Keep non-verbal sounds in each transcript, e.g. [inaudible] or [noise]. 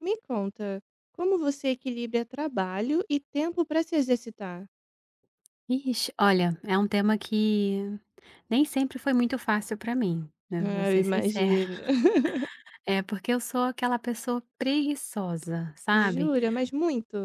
Me conta, como você equilibra trabalho e tempo para se exercitar? Ixi, olha, é um tema que nem sempre foi muito fácil para mim, né, vou Ah, eu ser sincera. imagino. [laughs] [laughs] É, porque eu sou aquela pessoa preguiçosa, sabe. Jura? Mas muito?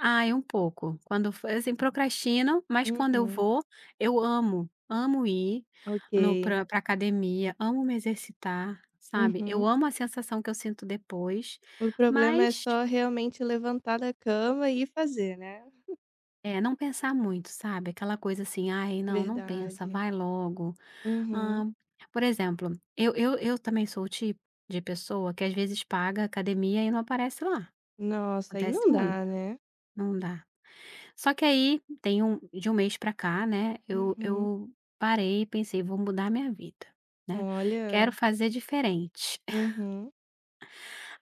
Ai, um pouco. Quando fo assim, procrastino, mas quando eu Uhum. vou, eu amo, amo ir no Ok. pra pra academia, amo me exercitar, sabe. Eu Uhum. amo a sensação que eu sinto depois, O problema é mas só realmente levantar da cama e fazer, né? é, não pensar muito, sabe, aquela coisa assim: "Ai, não, não pensa, Verdade. vai logo". Uhum. Ah, por exemplo, eu também sou o tipo de pessoa que às vezes paga academia e não aparece lá. Nossa, aí não Acontece muito, dá, né? não dá. Só que aí tem um de um mês pra cá, né, eu Uhum. eu parei e pensei: "Vou mudar minha vida", né, "Quero Olha. fazer diferente". [laughs] Uhum.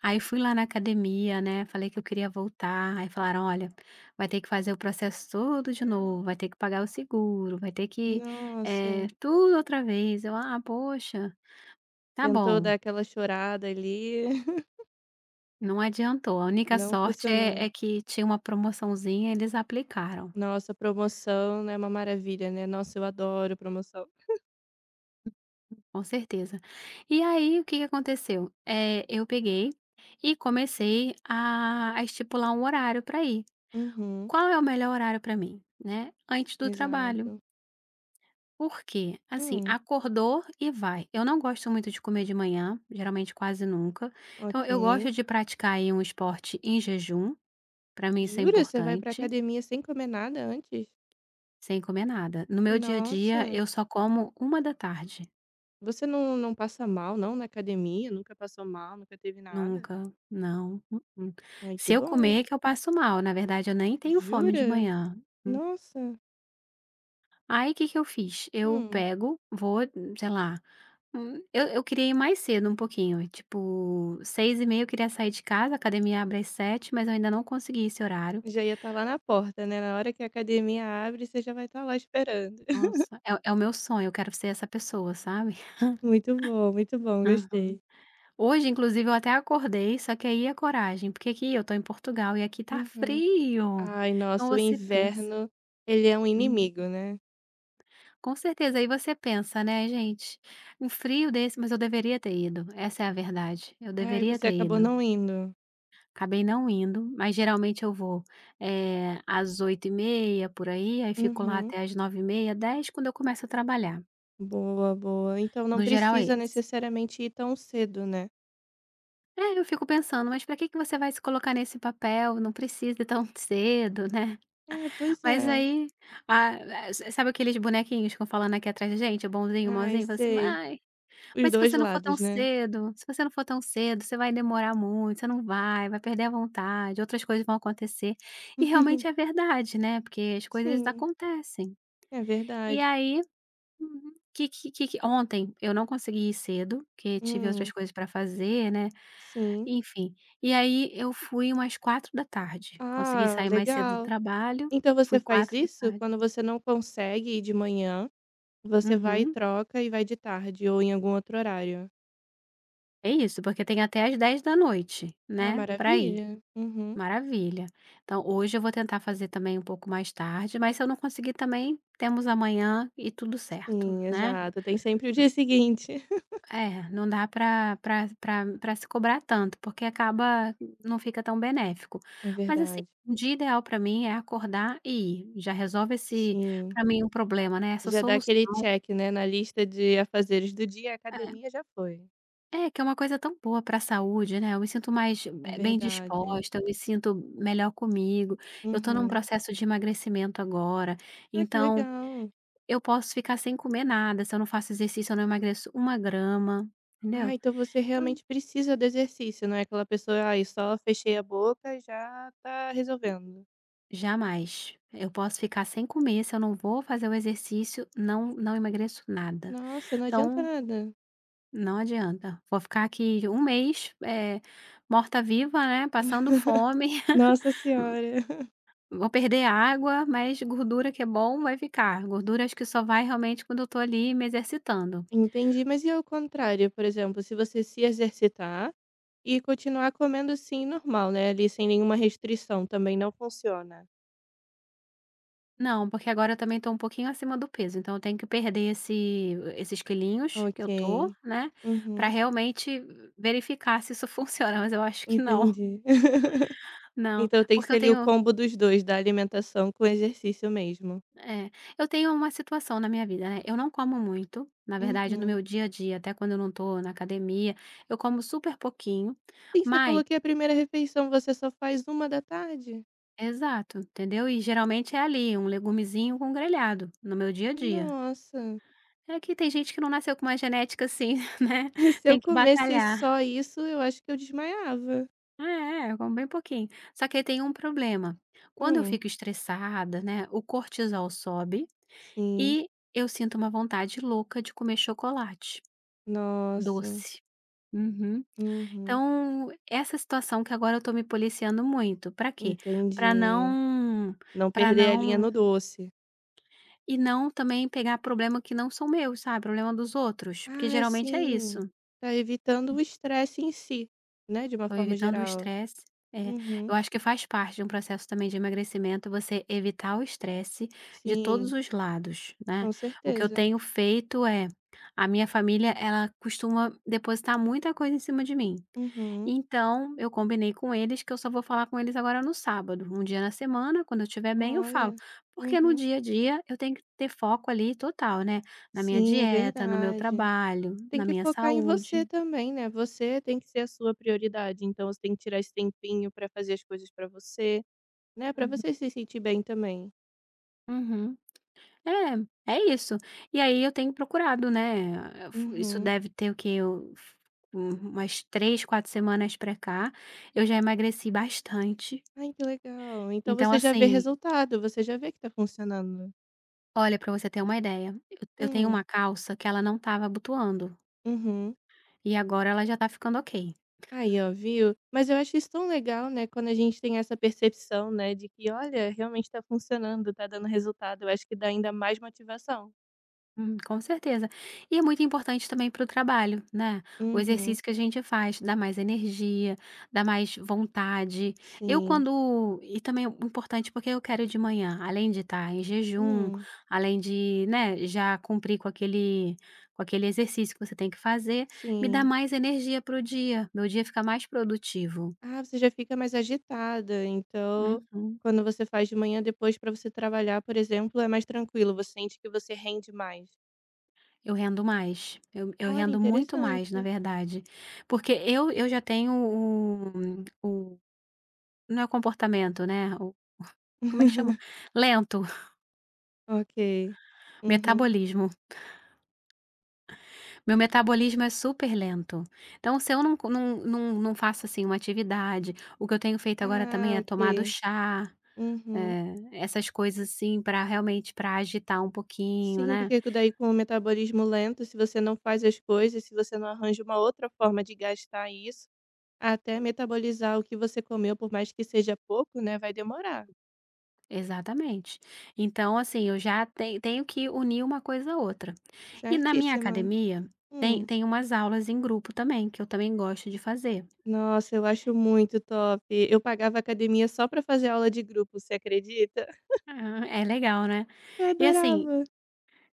Aí fui lá na academia, né, falei que eu queria voltar, aí falaram: "Olha, vai ter que fazer o processo todo de novo, vai ter que pagar o seguro, vai ter que, Nossa. tudo outra vez". Eu: "Ah, poxa, tá Tentou bom". dar aquela chorada ali, [laughs] Não adiantou, a única não sorte é funcionou. é que tinha uma promoçãozinha, eles aplicaram, Nossa, promoção né, é uma maravilha, né. Nossa, eu adoro promoção. com certeza. E aí o que que aconteceu? Eu peguei e comecei a estipular um horário para ir. Uhum, Qual é o melhor horário para mim, né? Antes do trabalho. exato. Por quê? Assim, Hum, acordou e vai. Eu não gosto muito de comer de manhã, geralmente quase nunca, então eu gosto ok. de praticar aí um esporte em jejum. Para mim isso é Jura? Você vai pra importante. academia sem comer nada antes? Sem comer nada. No meu dia a dia, Nossa, eu só como 1 da tarde. você não passa mal não na academia? Nunca passou mal, nunca teve nada? Nunca, não, mm-mm. Ai, que Se eu bom. comer é que eu passo mal, na verdade eu nem tenho fome de Jura? manhã. Hum. Nossa. Aí o que que eu fiz? Eu Hum, pego, vou, sei lá, eu queria ir mais cedo um pouquinho, tipo 6:30 eu queria sair de casa, a academia abre às 7, mas eu ainda não consegui esse horário. já ia estar lá na porta, né, na hora que a academia abre, você já vai estar lá esperando. [laughs] Nossa, é o meu sonho, eu quero ser essa pessoa, sabe? Muito bom, [laughs] gostei. Hoje, inclusive, eu até acordei, só que aí é coragem, porque aqui eu tô em Portugal e aqui tá Uhum. frio. Ai, Então nossa, o você pensa, inverno, ele é um hum, inimigo, né. com certeza, aí você pensa, né: "Gente, um frio desse, mas eu deveria ter ido", essa é a verdade, eu "Ai, deveria você ter acabou ido. não indo". Acabei não indo, mas geralmente eu vou, às 8:30 por aí, aí fico lá Uhum. até às 9:30, 10, quando eu começo a trabalhar, Boa, boa. Então não no geral é precisa esse. necessariamente ir tão cedo, né. É, eu fico pensando: "Mas pra que que você vai se colocar nesse papel? Não precisa tão [laughs] cedo, né?" É, pois Mas é. aí, ah, sa sabe aqueles bonequinhos que ficam falando aqui atrás da gente, o bonzinho, o Ai, malzinho, fala assim: sei. "Mas Os se 2 você não for tão lados, né. cedo, se você não for tão cedo, você vai demorar muito, você não vai, vai perder a vontade, outras coisas vão acontecer". E realmente é [laughs] verdade, né, porque as coisas Sim, acontecem. é E verdade. aí, uhum, que ontem eu não consegui ir cedo, porque tive Hum, outras coisas para fazer, né, sim. enfim. E aí eu fui umas 4 da tarde, consegui Ah, sair mais cedo do legal. trabalho, Então você fui faz isso 16h. quando você não consegue ir de manhã, você vai e Uhum. troca e vai de tarde ou em algum outro horário. É isso, porque tem até às 10 da noite, Ah, né, para ir. maravilha. Uhum. Maravilha. Então hoje eu vou tentar fazer também um pouco mais tarde, mas se eu não conseguir também, temos amanhã e tudo certo, Sim, né. exato. Tem sempre o dia [laughs] seguinte. É, não dá para para para pra se cobrar tanto, porque acaba não fica tão benéfico. É Mas assim, verdade. um dia ideal para mim é acordar e ir, já resolve esse Sim. para mim um problema, né, essa Já dá aquele solução check, né, na lista de afazeres do dia, a é. academia já foi. Que é uma coisa tão boa para a saúde, né, eu me sinto mais É be bem verdade. disposta, eu me sinto melhor comigo, eu tô num Uhum. processo de emagrecimento agora, Ah, que então legal. eu posso ficar sem comer nada, se eu não faço exercício eu não emagreço uma grama, entendeu. Ah, então você Então, realmente precisa do exercício, não é aquela pessoa, ai, só fechei a boca e já tá resolvendo. jamais, eu posso ficar sem comer, se eu não vou fazer o exercício, não emagreço nada. Nossa, não adianta Então, nada. não adianta, vou ficar aqui um mês, morta-viva, né, passando fome. [laughs] [laughs] Nossa senhora. Vou perder água, mas gordura que é bom vai ficar. Gordura acho que só vai realmente quando eu tô ali me exercitando. Entendi, mas e ao contrário, por exemplo, se você se exercitar e continuar comendo, assim, normal, né, ali sem nenhuma restrição, também não funciona? Não, porque agora eu também tô um pouquinho acima do peso, então eu tenho que perder esses quilinhos que eu tô, Ok. né, pra Uhum, realmente verificar se isso [laughs] funciona, mas eu acho que não. entendi. [laughs] Não, Então tem que porque ser ali o combo dos dois, da alimentação com exercício mesmo. é, eu tenho uma situação na minha vida, né, eu não como muito, na verdade no Uhum. meu dia a dia, até quando eu não tô na academia, eu como super pouquinho, Sim, você mas falou que a primeira refeição você só faz uma da tarde. exato, entendeu? E geralmente é ali, um legumezinho com grelhado, no meu dia a dia. Nossa, É que tem gente que não nasceu com uma genética assim, [laughs] né, [laughs] se eu tem que comesse batalhar. só isso, eu acho que eu desmaiava. É, é, come bem pouquinho. Só que aí tem um problema, quando eu Hum, fico estressada, né, o cortisol sobe sim. e eu sinto uma vontade louca de comer chocolate Nossa. doce. Uhum. Uhum, Então, essa situação que agora eu tô me policiando muito, pra quê? Pra entendi. não Não para perder a linha não no doce. E não também pegar problema que não são meus, sabe, problema dos outros, porque Ah, geralmente é isso. sim. Tá evitando o estresse em si, né, de uma Tô forma evitando o geral. estresse. É, Uhum. eu acho que faz parte de um processo também de emagrecimento você evitar o estresse de todos Sim, os lados, né. com O que eu certeza. tenho feito é a minha família, ela costuma depositar muita coisa em cima de mim. Uhum. Então, eu combinei com eles que eu só vou falar com eles agora no sábado. Um dia na semana, quando eu estiver bem, eu falo. Olha. Porque no Uhum. dia a dia eu tenho que ter foco ali total, né, na minha Sim, é dieta, no meu verdade. trabalho, Tem na que minha focar em saúde. você também, né? Você tem que ser a sua prioridade, então você tem que tirar esse tempinho pra fazer as coisas pra você, né, pra Uhum. você se sentir bem também. Uhum. É, é isso. E aí eu tenho procurado, né, fu isso Uhum. deve ter o quê? Eu f um umas 3, 4 semanas pra cá, eu já emagreci bastante. Ai, que legal. Então Então você já vê assim, resultado, você já vê que tá funcionando. olha, pra você ter uma ideia, eu tenho Hum. uma calça que ela não estava abotoando, Uhum. e agora ela já tá ficando ok. Aí, ó, viu? Mas eu acho isso tão legal, né, quando a gente tem essa percepção, né, de que: "Olha, realmente tá funcionando, tá dando resultado". Eu acho que dá ainda mais motivação. Com certeza. E é muito importante também para o trabalho, né? O Uhum. exercício que a gente faz dá mais energia, dá mais vontade. Eu Sim. quando e também é importante porque eu quero de manhã, além de estar em jejum, Hum. além de, né, já cumprir com aquele exercício que você tem que fazer, me dá Sim. mais energia para o dia. Meu dia fica mais produtivo. Ah, você já fica mais agitada, então Uhum. quando você faz de manhã, depois para você trabalhar, por exemplo, é mais tranquilo, você sente que você rende mais. Eu rendo mais. Eu Olha, rendo muito mais, na interessante. verdade. Porque eu já tenho o, não é o comportamento, né, o, como é que chama? [laughs] Lento, [laughs] Ok. Uhum. metabolismo. Meu metabolismo é super lento. Então se eu não co não não não faço, assim, uma atividade, o que eu tenho feito agora também Ah, é tomado ok. chá, Uhum. Essas coisas, assim, para realmente para agitar um pouquinho, Sim, né. porque co daí com o metabolismo lento, se você não faz as coisas, se você não arranja uma outra forma de gastar isso, até metabolizar o que você comeu, por mais que seja pouco, né, vai demorar. Exatamente. Então, assim, eu já tenho que unir uma coisa à outra. E na minha Certíssima. academia tem Hum. tem umas aulas em grupo também, que eu também gosto de fazer. Nossa, eu acho muito top. Eu pagava academia só pra fazer aula de grupo, você acredita? [laughs] Ah, é legal, né. Eu E assim, adorava.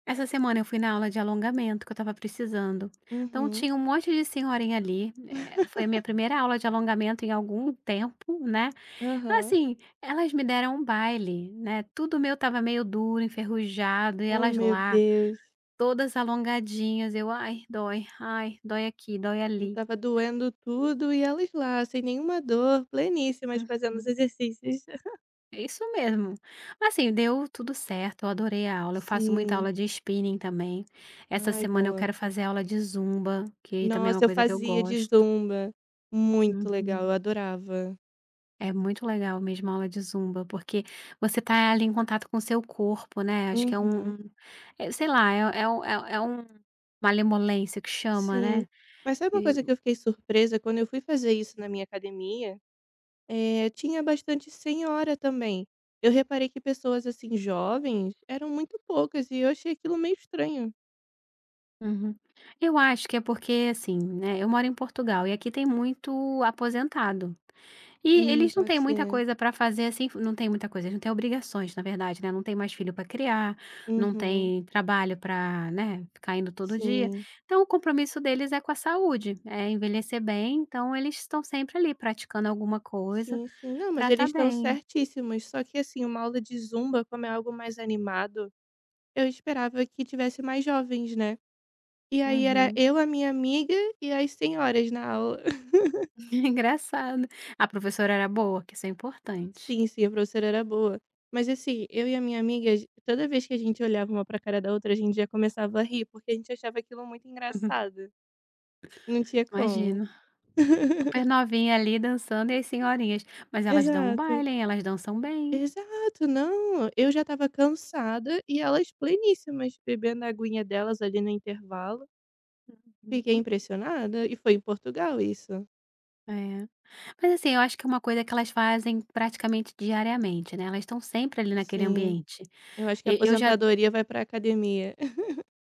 essa semana eu fui na aula de alongamento que eu estava precisando. Então Uhum. tinha um monte de senhorinha ali, foi a minha primeira aula de alongamento em algum tempo, né. Aham. Assim, elas me deram um baile, né, tudo meu tava meio duro, enferrujado, e Oh, elas meu lá, Deus. todas alongadinhas, eu: "Ai, dói. Ai, dói aqui, dói Eu ali". tava doendo tudo e elas lá, sem nenhuma dor, pleníssimas, fazendo os Uhum. exercícios. [laughs] É isso mesmo. Mas assim, deu tudo certo, eu adorei a aula, eu faço muita Sim. aula de spinning também. Essa Ai, semana eu boa. quero fazer aula de zumba, que também é uma Nossa, eu coisa que eu fazia de gosto. zumba. Muito legal, Uhum. eu adorava. É muito legal mesmo a aula de Zumba, porque você tá ali em contato com o seu corpo, né, acho que é um Uhum, um sei lá, uma malemolência que chama, sim. né. Mas sabe uma E coisa que eu fiquei surpresa? Quando eu fui fazer isso na minha academia, tinha bastante senhora também. Eu reparei que pessoas, assim, jovens eram muito poucas e eu achei aquilo meio estranho. uhum. Eu acho que é porque, assim, né, eu moro em Portugal e aqui tem muito aposentado. E eles não Pode têm muita ser. coisa pra fazer, assim, não tem muita coisa, eles não têm obrigações, na verdade, né, não tem mais filho pra criar, não Uhum. tem trabalho pra, né, ficar indo todo dia. Sim. Então, o compromisso deles é com a saúde, é envelhecer bem, então eles estão sempre ali praticando alguma coisa Sim, sim. Não, mas pra estar eles estão bem. certíssimos, só que, assim, uma aula de zumba, como é algo mais animado, eu esperava que tivesse mais jovens, né. E aí era Uhum. eu, a minha amiga e as senhoras na aula. [laughs] [laughs] Engraçado. A professora era boa, que isso é importante. Sim, sim, a professora era boa. Mas assim, eu e a minha amiga, a gen toda vez que a gente olhava uma pra cara da outra, a gente já começava a rir, porque a gente achava aquilo muito [laughs] engraçado. Não tinha como. Imagino, super [laughs] novinha ali dançando e as senhorinhas, mas elas dão um Exato. baile, hein, elas dançam bem. Exato, não, eu já estava cansada e elas pleníssimas, bebendo a aguinha delas ali no intervalo. Fiquei Uhum. impressionada e foi em Portugal isso. É. Mas assim, eu acho que é uma coisa que elas fazem praticamente diariamente, né, elas estão sempre ali naquele Sim, ambiente. eu acho que a E eu já aposentadoria vai pra academia.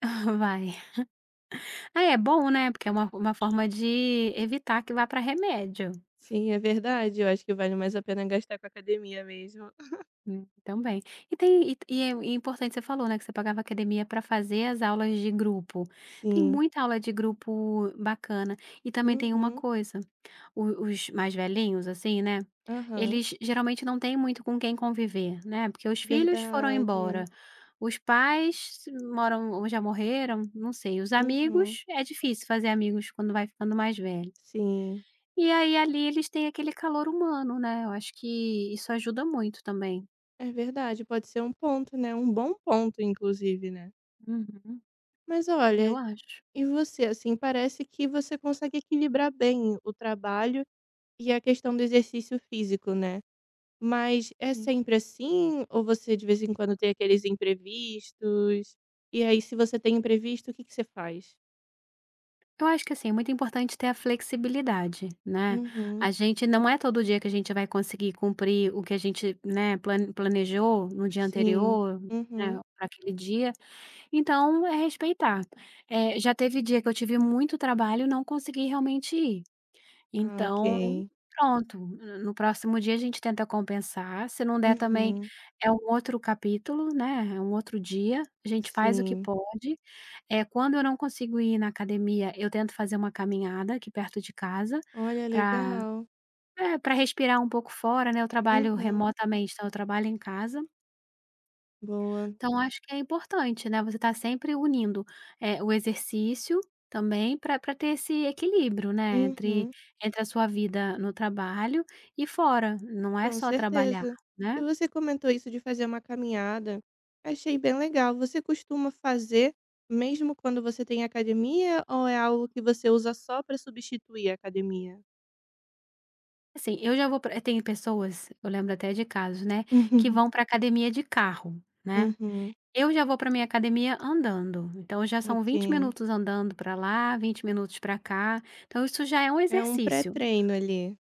[laughs] vai. Ah, é bom, né, porque é uma forma de evitar que vá para remédio. Sim, é verdade. Eu acho que vale mais a pena gastar com academia mesmo. Também. E tem e é importante, você falou, né, que você pagava academia para fazer as aulas de grupo. Tem Sim. muita aula de grupo bacana. E também tem uma Uhum. coisa, o os mais velhinhos, assim, né, Aham. eles geralmente não têm muito com quem conviver, né, porque os filhos foram embora, Verdade. os pais moram ou já morreram, não sei, os Uhum. amigos é difícil fazer amigos quando vai ficando mais velho. Sim. E aí, ali, eles têm aquele calor humano, né, eu acho que isso ajuda muito também. É verdade. Pode ser um ponto, né? Um bom ponto, inclusive, né? Uhum. Mas Eu olha, acho. e você, assim, parece que você consegue equilibrar bem o trabalho e a questão do exercício físico, né? Mas é É. sempre assim? Ou você de vez em quando tem aqueles imprevistos? E aí, se você tem imprevisto, o que que você faz? Eu acho que, assim, é muito importante ter a flexibilidade, né. Uhum. A gente não é todo dia que a gente vai conseguir cumprir o que a gente, né, planejou no dia Sim. anterior, Uhum. né, pra aquele dia, então é respeitar. Já teve dia que eu tive muito trabalho e não consegui realmente ir. Ah, Então, ok. pronto, no próximo dia a gente tenta compensar, se não der também Uhum. é um outro capítulo, né, é um outro dia, a gente faz o que Sim. pode. É quando eu não consigo ir na academia, eu tento fazer uma caminhada aqui perto de casa Olha, para legal. para respirar um pouco fora, né, eu trabalho Uhum. remotamente, então eu trabalho em casa. Boa. Então acho que é importante, né, você tá sempre unindo, o exercício também para pra ter esse equilíbrio, né, entre Uhum. A sua vida no trabalho e fora, não é Com só trabalhar, certeza. E né. você comentou isso de fazer uma caminhada. Achei bem legal. Você costuma fazer mesmo quando você tem academia ou é algo que você usa só para substituir a academia? Assim, eu já vou pra tem pessoas, eu lembro até de casos, né, [laughs] que Uhum. vão para academia de carro, né. Uhum. Eu já vou para minha academia andando, então já são 20 Ok. minutos andando para lá, 20 minutos para cá, então isso já é um É um exercício. pré-treino ali.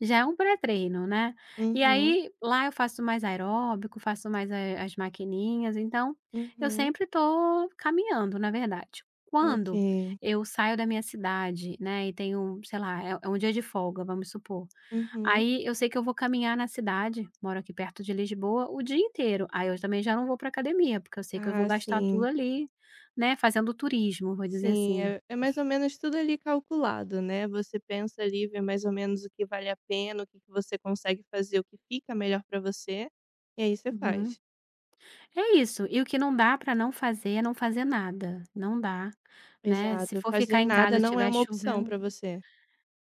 Já é um pré-treino, né. E Uhum. aí, lá eu faço mais aeróbico, faço mais a as maquininhas, então eu Uhum. sempre tô caminhando, na verdade. Ok. Quando eu saio da minha cidade, né, e tenho, sei lá, é um dia de folga, vamos supor, Uhum. aí eu sei que eu vou caminhar na cidade, moro aqui perto de Lisboa, o dia inteiro. Aí eu também já não vou para academia, porque eu sei que eu vou Ah, gastar tudo sim. ali, né, fazendo turismo, vou dizer Sim, assim. é é mais ou menos tudo ali calculado, né, você pensa ali, vê mais ou menos o que vale a pena, o que que você consegue fazer, o que fica melhor pra você, e aí você Uhum. faz. É isso, e o que não dá para não fazer é não fazer nada, não dá, né. Se Exato, for fazer ficar em nada casa, não é estiver uma opção chovendo, pra você.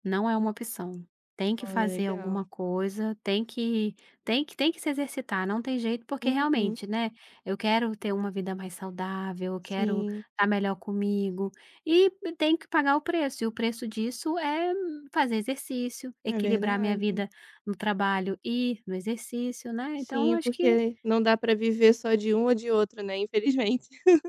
não é uma opção. Tem que Olha, fazer alguma legal. coisa, tem que se exercitar, não tem jeito, porque Uhum. realmente, né, eu quero ter uma vida mais saudável, eu quero Sim, estar melhor comigo, e tem que pagar o preço, e o preço disso é fazer exercício, é equilibrar minha verdade. vida no trabalho e no exercício, né, então Sim, acho que porque não dá pra viver só de um ou de outro, né, infelizmente. [laughs]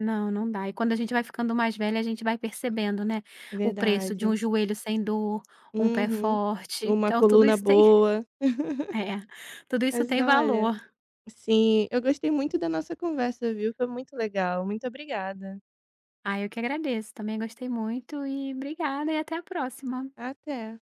não, não dá. E quando a gente vai ficando mais velha, a gente vai percebendo, né, É o preço de um verdade. joelho sem dor, um pé Uhum. forte. Uma Então tudo coluna isso tem boa. [laughs] [laughs] é, tudo isso Mas tem olha, valor. sim, eu gostei muito da nossa conversa, viu? Foi muito legal. Muito obrigada. Ah, eu que agradeço, também gostei muito e obrigada e até a próxima. Até.